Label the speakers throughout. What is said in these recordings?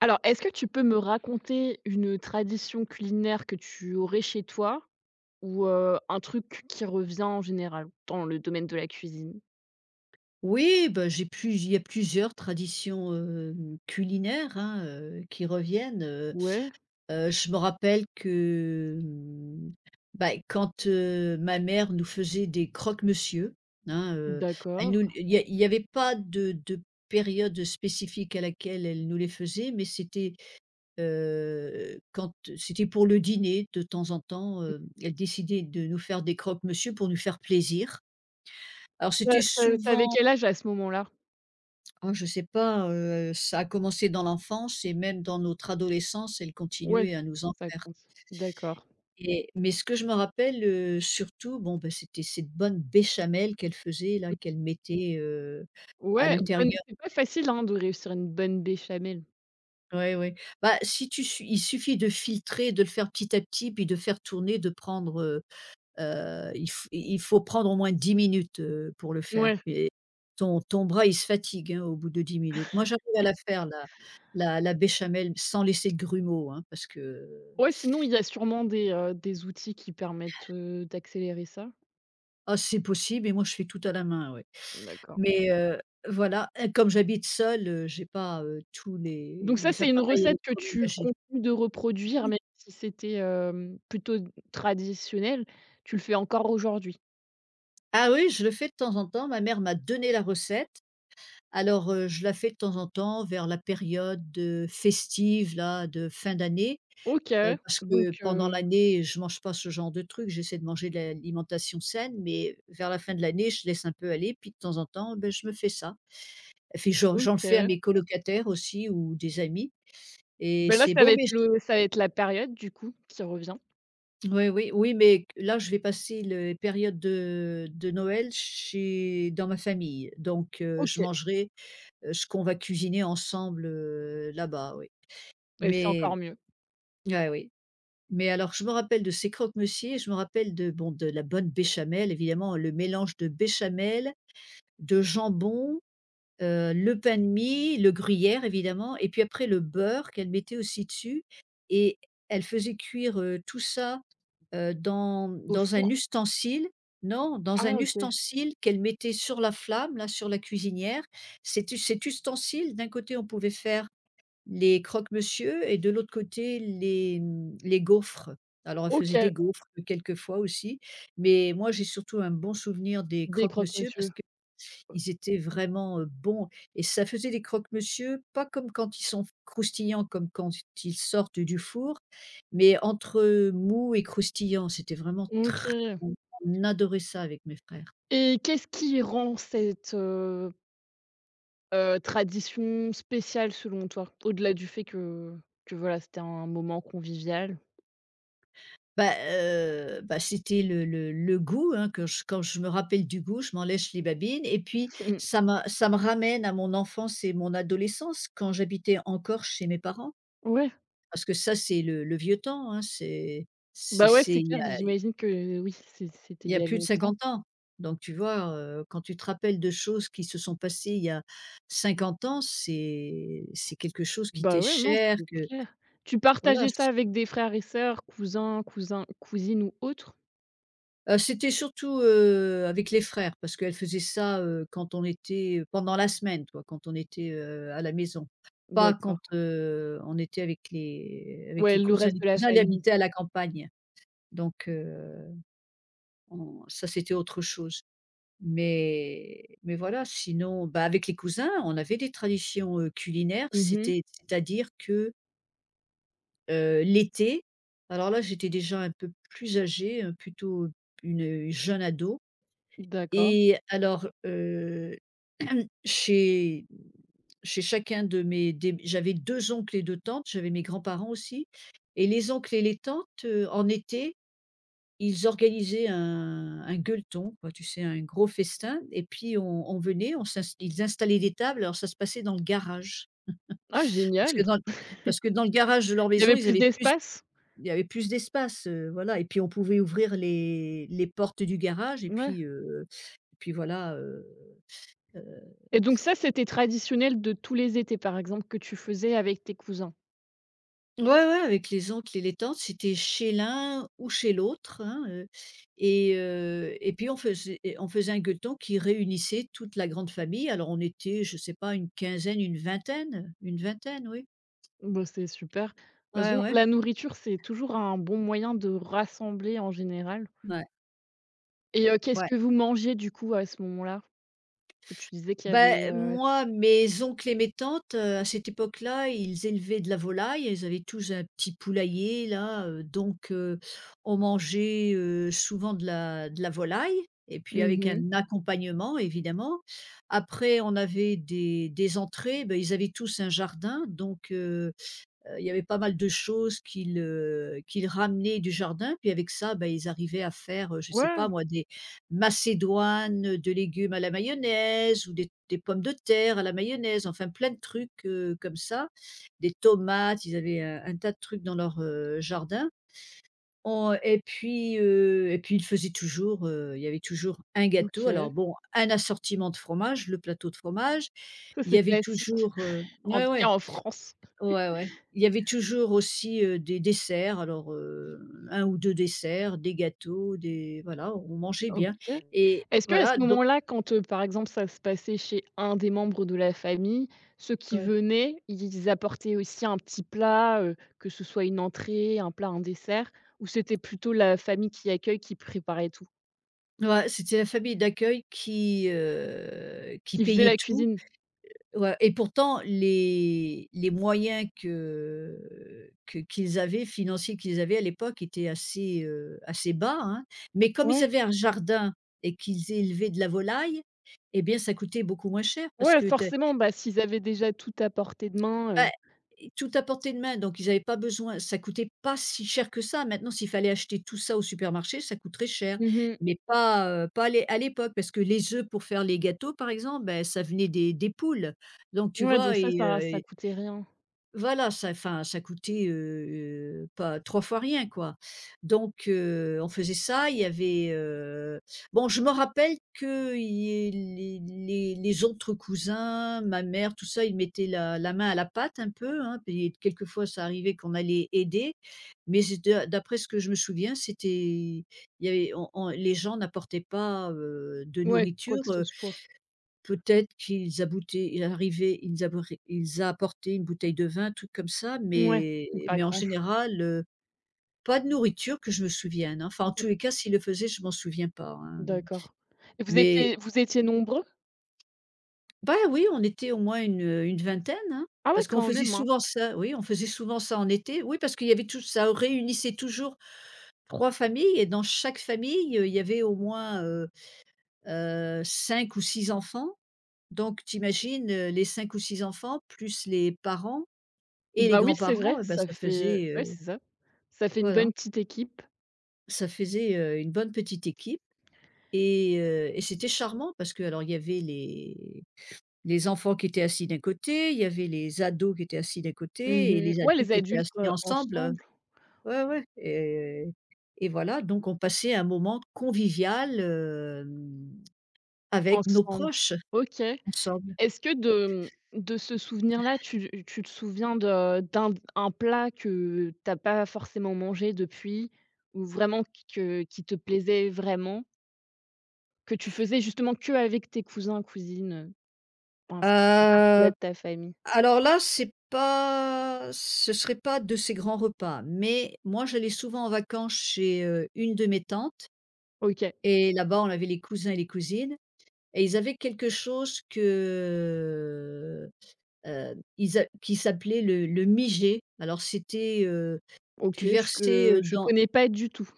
Speaker 1: Alors, est-ce que tu peux me raconter une tradition culinaire que tu aurais chez toi ou un truc qui revient en général dans le domaine de la cuisine?
Speaker 2: Oui, bah, j'ai plus il y a plusieurs traditions, culinaires, hein, qui reviennent,
Speaker 1: Ouais,
Speaker 2: je me rappelle que, bah, quand, ma mère nous faisait des croque-monsieur, hein, elle
Speaker 1: d'accord.
Speaker 2: nous il y a il y avait pas de période spécifique à laquelle elle nous les faisait, mais c'était, quand c'était pour le dîner de temps en temps, elle décidait de nous faire des croque-monsieur pour nous faire plaisir. Alors
Speaker 1: Tu
Speaker 2: c'était
Speaker 1: as tu
Speaker 2: souvent.
Speaker 1: quel âge à ce moment-là?
Speaker 2: Ah, je sais pas, ça a commencé dans l'enfance et même dans notre adolescence, elle
Speaker 1: Ouais,
Speaker 2: continuait à nous en
Speaker 1: ça
Speaker 2: faire.
Speaker 1: compte. D'accord.
Speaker 2: Et mais ce que je me rappelle, surtout, bon, bah, c'était cette bonne béchamel qu'elle faisait là, qu'elle mettait, à
Speaker 1: Ouais, bonne
Speaker 2: l'intérieur.
Speaker 1: c'est pas facile, hein, de réussir une bonne béchamel.
Speaker 2: Ouais, ouais. Bah, si tu su il suffit de filtrer, de le faire petit à petit, puis de faire tourner, de prendre. Il faut prendre au moins 10 minutes, pour le faire,
Speaker 1: Ouais.
Speaker 2: et ton bras, il se fatigue, hein, au bout de 10 minutes. Moi, j'arrive à la faire, la la béchamel, sans laisser de grumeaux, hein, parce que.
Speaker 1: Ouais, sinon il y a sûrement des outils qui permettent, d'accélérer ça?
Speaker 2: Ah, c'est possible, et moi, je fais tout à la main, ouais.
Speaker 1: D'accord.
Speaker 2: Mais voilà, et comme j'habite seule, j'ai pas, tous les
Speaker 1: Donc ça,
Speaker 2: les
Speaker 1: c'est une
Speaker 2: appareils
Speaker 1: recette que tu
Speaker 2: électroménagers.
Speaker 1: continues de reproduire, même si c'était, plutôt traditionnel, tu le fais encore aujourd'hui?
Speaker 2: Ah oui, je le fais de temps en temps, ma mère m'a donné la recette. Alors, je la fais de temps en temps vers la période, festive là, de fin d'année.
Speaker 1: OK,
Speaker 2: Parce
Speaker 1: donc,
Speaker 2: que pendant l'année, je mange pas ce genre de truc. J'essaie de manger de l'alimentation saine, mais vers la fin de l'année, je laisse un peu aller, puis de temps en temps, beh, je me fais ça. Et puis j'en j'en le fais à
Speaker 1: OK.
Speaker 2: mes colocataires aussi ou des amis, et
Speaker 1: Bah, là,
Speaker 2: c'est bon, mais j
Speaker 1: ça va être la période, du coup, qui revient.
Speaker 2: oui, oui, oui, mais là, je vais passer les périodes de Noël chez dans ma famille, donc je
Speaker 1: OK,
Speaker 2: mangerai, ce qu'on va cuisiner ensemble, là-bas, oui.
Speaker 1: et c'est encore
Speaker 2: Mais
Speaker 1: mieux.
Speaker 2: ouais, oui. Mais alors je me rappelle de ces croque-monsieur. Je me rappelle, de bon, de la bonne béchamel, évidemment, le mélange de béchamel, de jambon, le pain de mie, le gruyère évidemment, et puis après le beurre qu'elle mettait aussi dessus, et elle faisait cuire, tout ça, dans
Speaker 1: Au
Speaker 2: un
Speaker 1: four?
Speaker 2: ustensile. Non, dans
Speaker 1: Ah,
Speaker 2: un
Speaker 1: OK.
Speaker 2: ustensile qu'elle mettait sur la flamme là, sur la cuisinière. Cet ustensile, d'un côté on pouvait faire les croque-monsieur et de l'autre côté les, les gaufres. Alors elle faisait
Speaker 1: OK,
Speaker 2: des gaufres, quelquefois aussi, mais moi j'ai surtout un bon souvenir des
Speaker 1: des
Speaker 2: croque-monsieur
Speaker 1: croque-monsieur.
Speaker 2: parce qu'ils étaient vraiment, bons, et ça faisait des croque-monsieur pas comme quand ils sont croustillants, comme quand ils sortent du four, mais entre mou et croustillant. C'était vraiment très
Speaker 1: OK,
Speaker 2: bon. On adorait ça avec mes frères.
Speaker 1: et qu'est-ce qui rend cette, tradition spéciale selon toi? Au-delà du fait que voilà, c'était un moment convivial?
Speaker 2: Bah, c'était le goût, hein, que je quand je me rappelle du goût, je m'en lèche les babines, et puis ça me ramène à mon enfance et mon adolescence quand j'habitais encore chez mes parents.
Speaker 1: Ouais.
Speaker 2: Parce que ça, c'est le vieux temps, hein, c'est c'est
Speaker 1: Bah, ouais,
Speaker 2: c'est
Speaker 1: c'est
Speaker 2: il y
Speaker 1: clair,
Speaker 2: a
Speaker 1: j'imagine que oui, c'était
Speaker 2: il
Speaker 1: il
Speaker 2: y a
Speaker 1: y a
Speaker 2: plus de
Speaker 1: longtemps.
Speaker 2: 50 ans. Donc tu vois, quand tu te rappelles de choses qui se sont passées il y a 50 ans, c'est quelque chose qui
Speaker 1: Bah,
Speaker 2: t'est
Speaker 1: ouais, non,
Speaker 2: cher,
Speaker 1: c'est
Speaker 2: que
Speaker 1: clair. Tu
Speaker 2: voilà.
Speaker 1: partageais ça avec des frères et sœurs, cousins, cousines ou autres?
Speaker 2: C'était surtout, avec les frères parce qu'elle faisait ça, quand on était pendant la semaine, quoi, quand on était, à la maison. Pas
Speaker 1: D'accord.
Speaker 2: quand, on était avec
Speaker 1: Ouais,
Speaker 2: les
Speaker 1: le
Speaker 2: cousins.
Speaker 1: reste
Speaker 2: Les
Speaker 1: de la
Speaker 2: cousins, ils
Speaker 1: famille.
Speaker 2: habitaient à la campagne, donc on ça, c'était autre chose. Mais voilà, sinon, bah, avec les cousins, on avait des traditions, culinaires.
Speaker 1: Mmh.
Speaker 2: C'est-à-dire que, l'été, alors là, j'étais déjà un peu plus âgée, plutôt une jeune ado.
Speaker 1: D'accord.
Speaker 2: Et alors, chez chez chacun de mes des j'avais 2 oncles et 2 tantes, j'avais mes grands-parents aussi, et les oncles et les tantes, en été, ils organisaient un gueuleton, quoi, tu sais? Un gros festin, et puis on venait, on s'ins ils installaient des tables, alors ça se passait dans le garage.
Speaker 1: Ah,
Speaker 2: Parce
Speaker 1: génial!
Speaker 2: que dans parce que dans le garage de leur
Speaker 1: Il y
Speaker 2: maison,
Speaker 1: avait
Speaker 2: ils
Speaker 1: plus
Speaker 2: avaient plus
Speaker 1: d'espace?
Speaker 2: il y avait plus d'espace, voilà, et puis on pouvait ouvrir les portes du garage,
Speaker 1: Ouais,
Speaker 2: et puis voilà. Euh,
Speaker 1: et donc ça, c'était traditionnel de tous les étés, par exemple, que tu faisais avec tes cousins?
Speaker 2: Ouais, ouais, avec les oncles et les tantes, c'était chez l'un ou chez l'autre, hein, et puis on faisait un gueuleton qui réunissait toute la grande famille. Alors on était, je sais pas, une quinzaine, une vingtaine, oui.
Speaker 1: Bah, c'est super. De toute
Speaker 2: Ouais,
Speaker 1: façon,
Speaker 2: ouais.
Speaker 1: la nourriture, c'est toujours un bon moyen de rassembler en général,
Speaker 2: Ouais.
Speaker 1: et qu'est-ce
Speaker 2: Ouais.
Speaker 1: que vous mangez, du coup, à ce moment-là? Que tu disais qu'il y
Speaker 2: Ben
Speaker 1: avait,
Speaker 2: moi, mes oncles et mes tantes, à cette époque-là, ils élevaient de la volaille. Ils avaient tous un petit poulailler là, donc on mangeait, souvent de la volaille, et puis
Speaker 1: Mmh
Speaker 2: avec
Speaker 1: mh.
Speaker 2: un accompagnement évidemment. Après on avait des entrées, ben ils avaient tous un jardin, donc euh, il y avait pas mal de choses qu'ils ramenaient du jardin, puis avec ça, ben ils arrivaient à faire, je sais
Speaker 1: Ouais,
Speaker 2: pas moi, des macédoines de légumes à la mayonnaise ou des pommes de terre à la mayonnaise, enfin plein de trucs, comme ça. Des tomates, ils avaient un tas de trucs dans leur, jardin. On Et puis, ils faisaient toujours, il y avait toujours un gâteau.
Speaker 1: OK.
Speaker 2: Alors bon, un assortiment de fromage, le plateau de fromage.
Speaker 1: Ça,
Speaker 2: Il y
Speaker 1: c'est
Speaker 2: avait
Speaker 1: classique,
Speaker 2: toujours,
Speaker 1: en
Speaker 2: ouais,
Speaker 1: tout cas
Speaker 2: ouais.
Speaker 1: en France.
Speaker 2: Ouais, ouais. Il y avait toujours aussi, des desserts, alors, un ou 2 desserts, des gâteaux, des voilà, on mangeait bien,
Speaker 1: OK.
Speaker 2: et
Speaker 1: Est-ce qu'à ce
Speaker 2: voilà donc
Speaker 1: moment-là, quand, par exemple, ça se passait chez un des membres de la famille, ceux qui
Speaker 2: ouais.
Speaker 1: venaient, ils apportaient aussi un petit plat, que ce soit une entrée, un plat, un dessert? Ou c'était plutôt la famille qui accueille qui préparait tout?
Speaker 2: Ouais, c'était la famille d'accueil qui,
Speaker 1: Qui faisait
Speaker 2: payait
Speaker 1: la
Speaker 2: tout.
Speaker 1: cuisine?
Speaker 2: Ouais, et pourtant les moyens que qu'ils avaient, financiers qu'ils avaient à l'époque étaient assez, assez bas, hein. Mais comme ils
Speaker 1: Ouais,
Speaker 2: avaient un jardin et qu'ils élevaient de la volaille, et bien ça coûtait beaucoup moins cher parce
Speaker 1: ouais,
Speaker 2: que.
Speaker 1: forcément, bah, s'ils avaient déjà tout à portée de main,
Speaker 2: Bah, et tout à portée de main, donc ils avaient pas besoin, ça coûtait pas si cher que ça. Maintenant, s'il fallait acheter tout ça au supermarché, ça coûterait cher,
Speaker 1: Mmh mh.
Speaker 2: mais pas, pas à l'époque, parce que les œufs pour faire les gâteaux, par exemple, ben ça venait des poules, donc tu
Speaker 1: Ouais, donc
Speaker 2: vois?
Speaker 1: ça, ça ça coûtait rien.
Speaker 2: Voilà, ça, enfin, ça coûtait, pas 3 fois rien, quoi. Donc on faisait ça, il y avait, bon, je me rappelle que i les autres cousins, ma mère, tout ça, ils mettaient la main à la pâte un peu, hein, puis quelquefois ça arrivait qu'on allait aider, mais c'est de d'après ce que je me souviens, c'était il y avait on les gens n'apportaient pas, de
Speaker 1: Ouais, quoi
Speaker 2: nourriture.
Speaker 1: que ce soit.
Speaker 2: Peut-être qu'ils aboutaient ils arrivaient ils abori ils apportaient une bouteille de vin, tout comme ça,
Speaker 1: Ouais,
Speaker 2: mais
Speaker 1: pas
Speaker 2: en
Speaker 1: grand ch
Speaker 2: général, pas de nourriture que je me souvienne, hein. Enfin, en tous les cas, s'ils le faisaient, je m'en souviens pas, hein.
Speaker 1: d'accord. Et vous
Speaker 2: Mais
Speaker 1: étiez vous étiez nombreux?
Speaker 2: bah, oui, on était au moins une vingtaine, hein,
Speaker 1: Ah ouais,
Speaker 2: parce qu'on
Speaker 1: quand
Speaker 2: faisait
Speaker 1: même, hein.
Speaker 2: souvent ça, oui, on faisait souvent ça en été. Oui, parce qu'il y avait tout ça réunissait toujours 3 familles, et dans chaque famille, il y avait au moins, cinq ou 6 enfants. Donc t'imagines imagines, les 5 ou 6 enfants plus les parents. Et les
Speaker 1: Bah oui, c'est vrai,
Speaker 2: grands-parents, bah,
Speaker 1: ça
Speaker 2: ça
Speaker 1: fait
Speaker 2: faisait,
Speaker 1: ouais, c'est ça. Ça fait une
Speaker 2: voilà,
Speaker 1: bonne petite équipe.
Speaker 2: ça faisait, une bonne petite équipe, et c'était charmant parce que, alors, il y avait les enfants qui étaient assis d'un côté, il y avait les ados qui étaient assis d'un
Speaker 1: Mmh
Speaker 2: côté, et
Speaker 1: mh.
Speaker 2: les
Speaker 1: Ouais,
Speaker 2: adultes
Speaker 1: les
Speaker 2: qui étaient
Speaker 1: adultes,
Speaker 2: assis ensemble,
Speaker 1: ensemble
Speaker 2: ouais, ouais. Et voilà, donc on passait un moment convivial, avec nos
Speaker 1: ensemble.
Speaker 2: proches
Speaker 1: OK.
Speaker 2: ensemble.
Speaker 1: Est-ce que de ce souvenir-là, tu te souviens de d'un un plat que tu as pas forcément mangé depuis ou vraiment qui te plaisait vraiment, que tu faisais justement qu'avec tes cousins, cousines, enfin, c'était
Speaker 2: Heu
Speaker 1: partie-là de ta famille?
Speaker 2: Alors là, c'est pas, ce serait pas de ces grands repas, mais moi, j'allais souvent en vacances chez, une de mes tantes,
Speaker 1: OK.
Speaker 2: et là-bas, on avait les cousins et les cousines, et ils avaient quelque chose que, ils a qui s'appelait le mijet. Alors c'était,
Speaker 1: OK,
Speaker 2: tu
Speaker 1: je
Speaker 2: versais,
Speaker 1: que je
Speaker 2: dans
Speaker 1: connais pas du tout.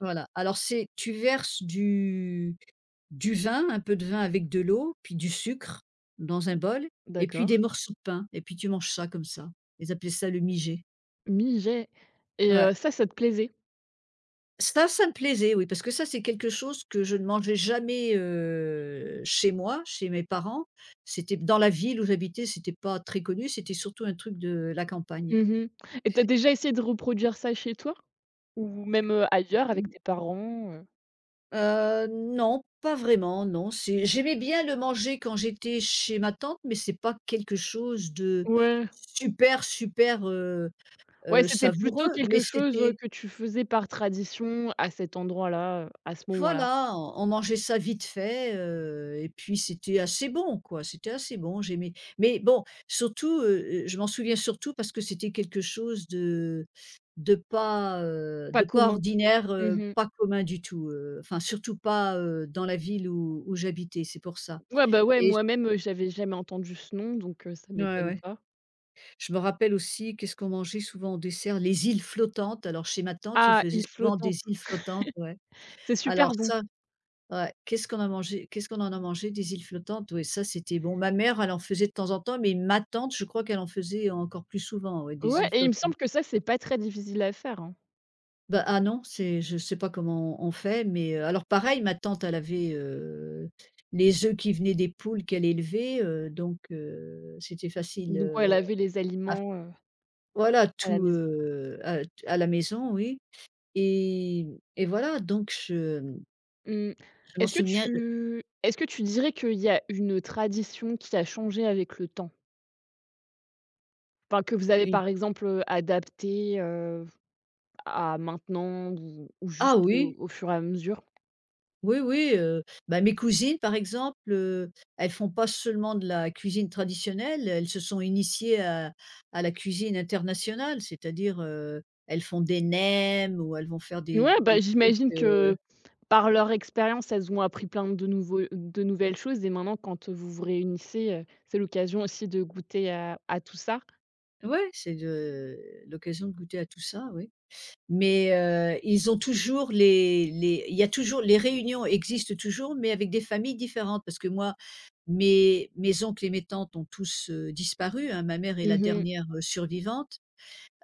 Speaker 2: voilà, alors c'est tu verses du vin, un peu de vin avec de l'eau, puis du sucre dans un bol, et puis
Speaker 1: D'accord.
Speaker 2: des morceaux de pain, et puis tu manges ça comme ça. Ils appelaient ça le mijet.
Speaker 1: Mijet, et
Speaker 2: Ouais.
Speaker 1: ça te plaisait?
Speaker 2: Ça me plaisait, oui, parce que ça, c'est quelque chose que je ne mangeais jamais, chez moi, chez mes parents. C'était dans la ville où j'habitais, c'était pas très connu, c'était surtout un truc de la campagne.
Speaker 1: Mmh mh. Et tu as déjà essayé de reproduire ça chez toi? Ou même, ailleurs avec tes parents?
Speaker 2: Non, pas vraiment, non, c'est j'aimais bien le manger quand j'étais chez ma tante, mais c'est pas quelque chose de
Speaker 1: Ouais,
Speaker 2: super, super,
Speaker 1: ouais, c'était plutôt
Speaker 2: savoureux, mais
Speaker 1: quelque chose,
Speaker 2: c'était
Speaker 1: que tu faisais par tradition à cet endroit-là, à ce moment-là.
Speaker 2: voilà, on mangeait ça vite fait, et puis c'était assez bon, quoi, c'était assez bon, j'aimais. Mais bon, surtout, je m'en souviens surtout parce que c'était quelque chose
Speaker 1: Pas
Speaker 2: de pas
Speaker 1: commun.
Speaker 2: ordinaire,
Speaker 1: Mmh mh.
Speaker 2: pas commun du tout, enfin surtout pas, dans la ville où j'habitais, c'est pour ça.
Speaker 1: Ouais, bah, ouais,
Speaker 2: Et j
Speaker 1: moi-même, j'avais jamais entendu ce nom donc ça
Speaker 2: Ouais,
Speaker 1: m'étonne
Speaker 2: ouais.
Speaker 1: pas.
Speaker 2: Je me rappelle aussi, qu'est-ce qu'on mangeait souvent en dessert? Les îles flottantes. Alors chez ma tante, ils
Speaker 1: Ah,
Speaker 2: faisaient
Speaker 1: île
Speaker 2: souvent
Speaker 1: flottante,
Speaker 2: des îles flottantes, ouais.
Speaker 1: c'est
Speaker 2: Alors
Speaker 1: super bon.
Speaker 2: ça ouais, qu'est-ce qu'on en a mangé des îles flottantes? Oui. Ça c'était bon. Ma mère, elle en faisait de temps en temps, mais ma tante, je crois qu'elle en faisait encore plus souvent, ouais, des
Speaker 1: Ouais,
Speaker 2: îles
Speaker 1: et il me
Speaker 2: flottantes.
Speaker 1: semble que ça, c'est pas très difficile à faire, hein.
Speaker 2: Bah, ah non, c'est je sais pas comment on fait, mais alors pareil, ma tante, elle avait, les œufs qui venaient des poules qu'elle élevait, donc c'était facile,
Speaker 1: Donc ouais, laver les aliments,
Speaker 2: voilà,
Speaker 1: à la
Speaker 2: tout,
Speaker 1: maison.
Speaker 2: à la maison, oui et et voilà, donc je
Speaker 1: Mmh.
Speaker 2: je m'en souviens
Speaker 1: Est-ce que tu dirais qu'il y a une tradition qui a changé avec le temps? Enfin, que vous avez
Speaker 2: une
Speaker 1: par exemple, adaptée, à maintenant ou
Speaker 2: ah
Speaker 1: juste,
Speaker 2: oui,
Speaker 1: au fur et à mesure?
Speaker 2: oui, oui, bah, mes cousines, par exemple, elles font pas seulement de la cuisine traditionnelle, elles se sont initiées à la cuisine internationale, c'est-à-dire, elles font des nems ou elles vont faire
Speaker 1: Ouais, bah,
Speaker 2: des trucs,
Speaker 1: j'imagine que par leur expérience, elles ont appris plein de nouveaux de nouvelles choses et maintenant quand, vous vous réunissez, c'est l'occasion aussi de goûter à tout ça?
Speaker 2: ouais, c'est de l'occasion de goûter à tout ça, oui. Mais ils ont toujours les il y a toujours les réunions existent toujours, mais avec des familles différentes. Parce que moi, mes oncles et mes tantes ont tous, disparu, hein. Ma mère est la
Speaker 1: Mmh mh.
Speaker 2: dernière, survivante,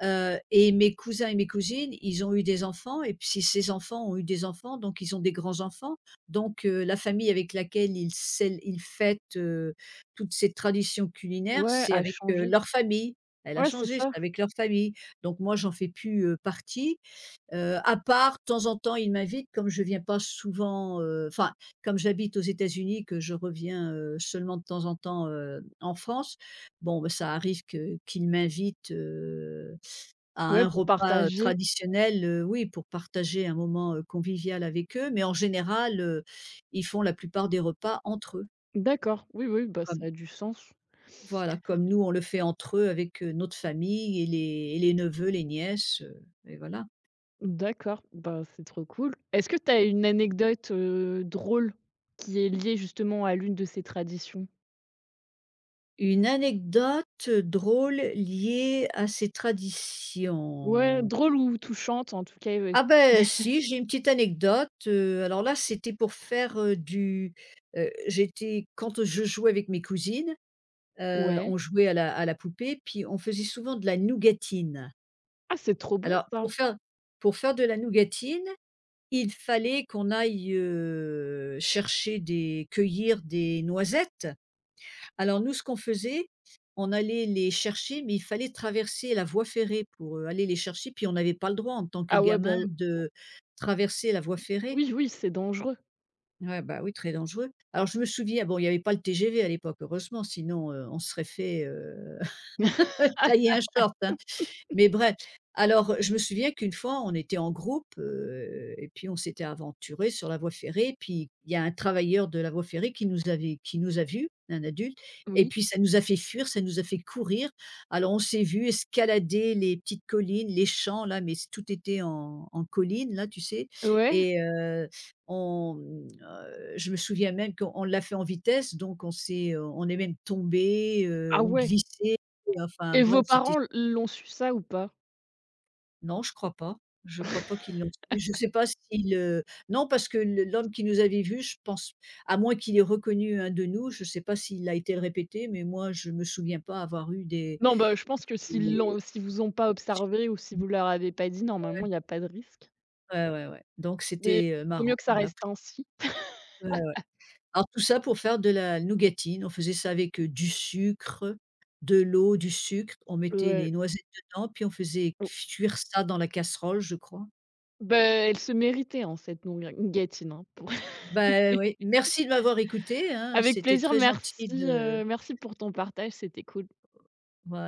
Speaker 2: et mes cousins et mes cousines, ils ont eu des enfants et puis ces enfants ont eu des enfants, donc ils ont des grands-enfants. Donc la famille avec laquelle ils fêtent, toutes ces traditions culinaires,
Speaker 1: Ouais,
Speaker 2: c'est
Speaker 1: à
Speaker 2: avec,
Speaker 1: changer.
Speaker 2: leur famille. Elle a
Speaker 1: Ouais, c'est
Speaker 2: changé, c'est
Speaker 1: ça.
Speaker 2: avec leur famille. Donc moi, j'en fais plus, partie. À part, de temps en temps, il m'invite comme je viens pas souvent, enfin, comme j'habite aux États-Unis, que je reviens, seulement de temps en temps, en France. Bon, bah, ça arrive que qu'il m'invite, à
Speaker 1: Ouais,
Speaker 2: un
Speaker 1: pour
Speaker 2: repas,
Speaker 1: partager.
Speaker 2: traditionnel, oui, pour partager un moment, convivial avec eux, mais en général, ils font la plupart des repas entre eux,
Speaker 1: D'accord. Oui, oui, bah, ça
Speaker 2: comme
Speaker 1: a du sens.
Speaker 2: voilà, comme nous, on le fait entre eux avec, notre famille et les neveux, les nièces, et voilà.
Speaker 1: D'accord, bah, c'est trop cool. Est-ce que tu as une anecdote, drôle qui est liée justement à l'une de ces traditions?
Speaker 2: Une anecdote, drôle liée à ces
Speaker 1: Ouais,
Speaker 2: traditions.
Speaker 1: drôle ou touchante en tout cas, ouais.
Speaker 2: Ah ben si, j'ai une petite anecdote, alors là, c'était pour faire, du j'étais quand je jouais avec mes cousines,
Speaker 1: Ouais.
Speaker 2: on jouait à la poupée, puis on faisait souvent de la nougatine.
Speaker 1: Ah, c'est trop bon
Speaker 2: Alors
Speaker 1: ça!
Speaker 2: pour faire pour faire de la nougatine, il fallait qu'on aille, chercher des cueillir des noisettes. Alors nous, ce qu'on faisait, on allait les chercher, mais il fallait traverser la voie ferrée pour, aller les chercher, puis on n'avait pas le droit en tant que
Speaker 1: Ah ouais,
Speaker 2: gamin
Speaker 1: bah,
Speaker 2: de traverser la voie ferrée.
Speaker 1: oui, oui, c'est dangereux.
Speaker 2: Ouais, bah, oui, très dangereux. Alors je me souviens, bon, il n'y avait pas le TGV à l'époque, heureusement, sinon, on se serait fait,
Speaker 1: Ah,
Speaker 2: tailler un short, hein. Mais bref, alors je me souviens qu'une fois, on était en groupe, et puis on s'était aventuré sur la voie ferrée, puis il y a un travailleur de la voie ferrée qui nous a vus, un adulte et
Speaker 1: oui.
Speaker 2: puis ça nous a fait fuir, ça nous a fait courir. Alors on s'est vu escalader les petites collines, les champs là, mais c tout était en en collines là, tu sais?
Speaker 1: Ouais.
Speaker 2: Et on, je me souviens même qu'on on l'a fait en vitesse, donc on s'est, on est même tombé,
Speaker 1: Ah
Speaker 2: on
Speaker 1: ouais.
Speaker 2: glissait, enfin
Speaker 1: Et
Speaker 2: bref,
Speaker 1: vos
Speaker 2: c'était
Speaker 1: parents l'ont su ça ou pas?
Speaker 2: non, je crois pas. Je crois pas qu'ils l'ont su. Je sais pas s'il, non, parce que le l'homme qui nous avait vus, je pense à moins qu'il ait reconnu un de nous, je sais pas s'il a été le répéter, mais moi, je me souviens pas avoir eu
Speaker 1: Non, bah, je pense que s'ils
Speaker 2: des
Speaker 1: l'ont si vous ont pas observé ou si vous leur avez pas dit, normalement, il y a pas de risque.
Speaker 2: ouais, ouais, ouais, donc
Speaker 1: Mais
Speaker 2: c'était,
Speaker 1: vaut
Speaker 2: marrant,
Speaker 1: mieux que ça
Speaker 2: voilà.
Speaker 1: reste ainsi.
Speaker 2: Ouais, ouais. Alors tout ça pour faire de la nougatine. On faisait ça avec, du sucre, de l'eau, du sucre, on mettait
Speaker 1: Ouais.
Speaker 2: les noisettes dedans, puis on faisait cuire ça dans la casserole, je crois.
Speaker 1: Bah, elle se méritait, hein, cette nougatine, hein, pour
Speaker 2: Bah, oui, merci de m'avoir écoutée, hein,
Speaker 1: Avec
Speaker 2: c'était
Speaker 1: plaisir,
Speaker 2: très gentil
Speaker 1: merci,
Speaker 2: de
Speaker 1: heu, merci pour ton partage, c'était cool.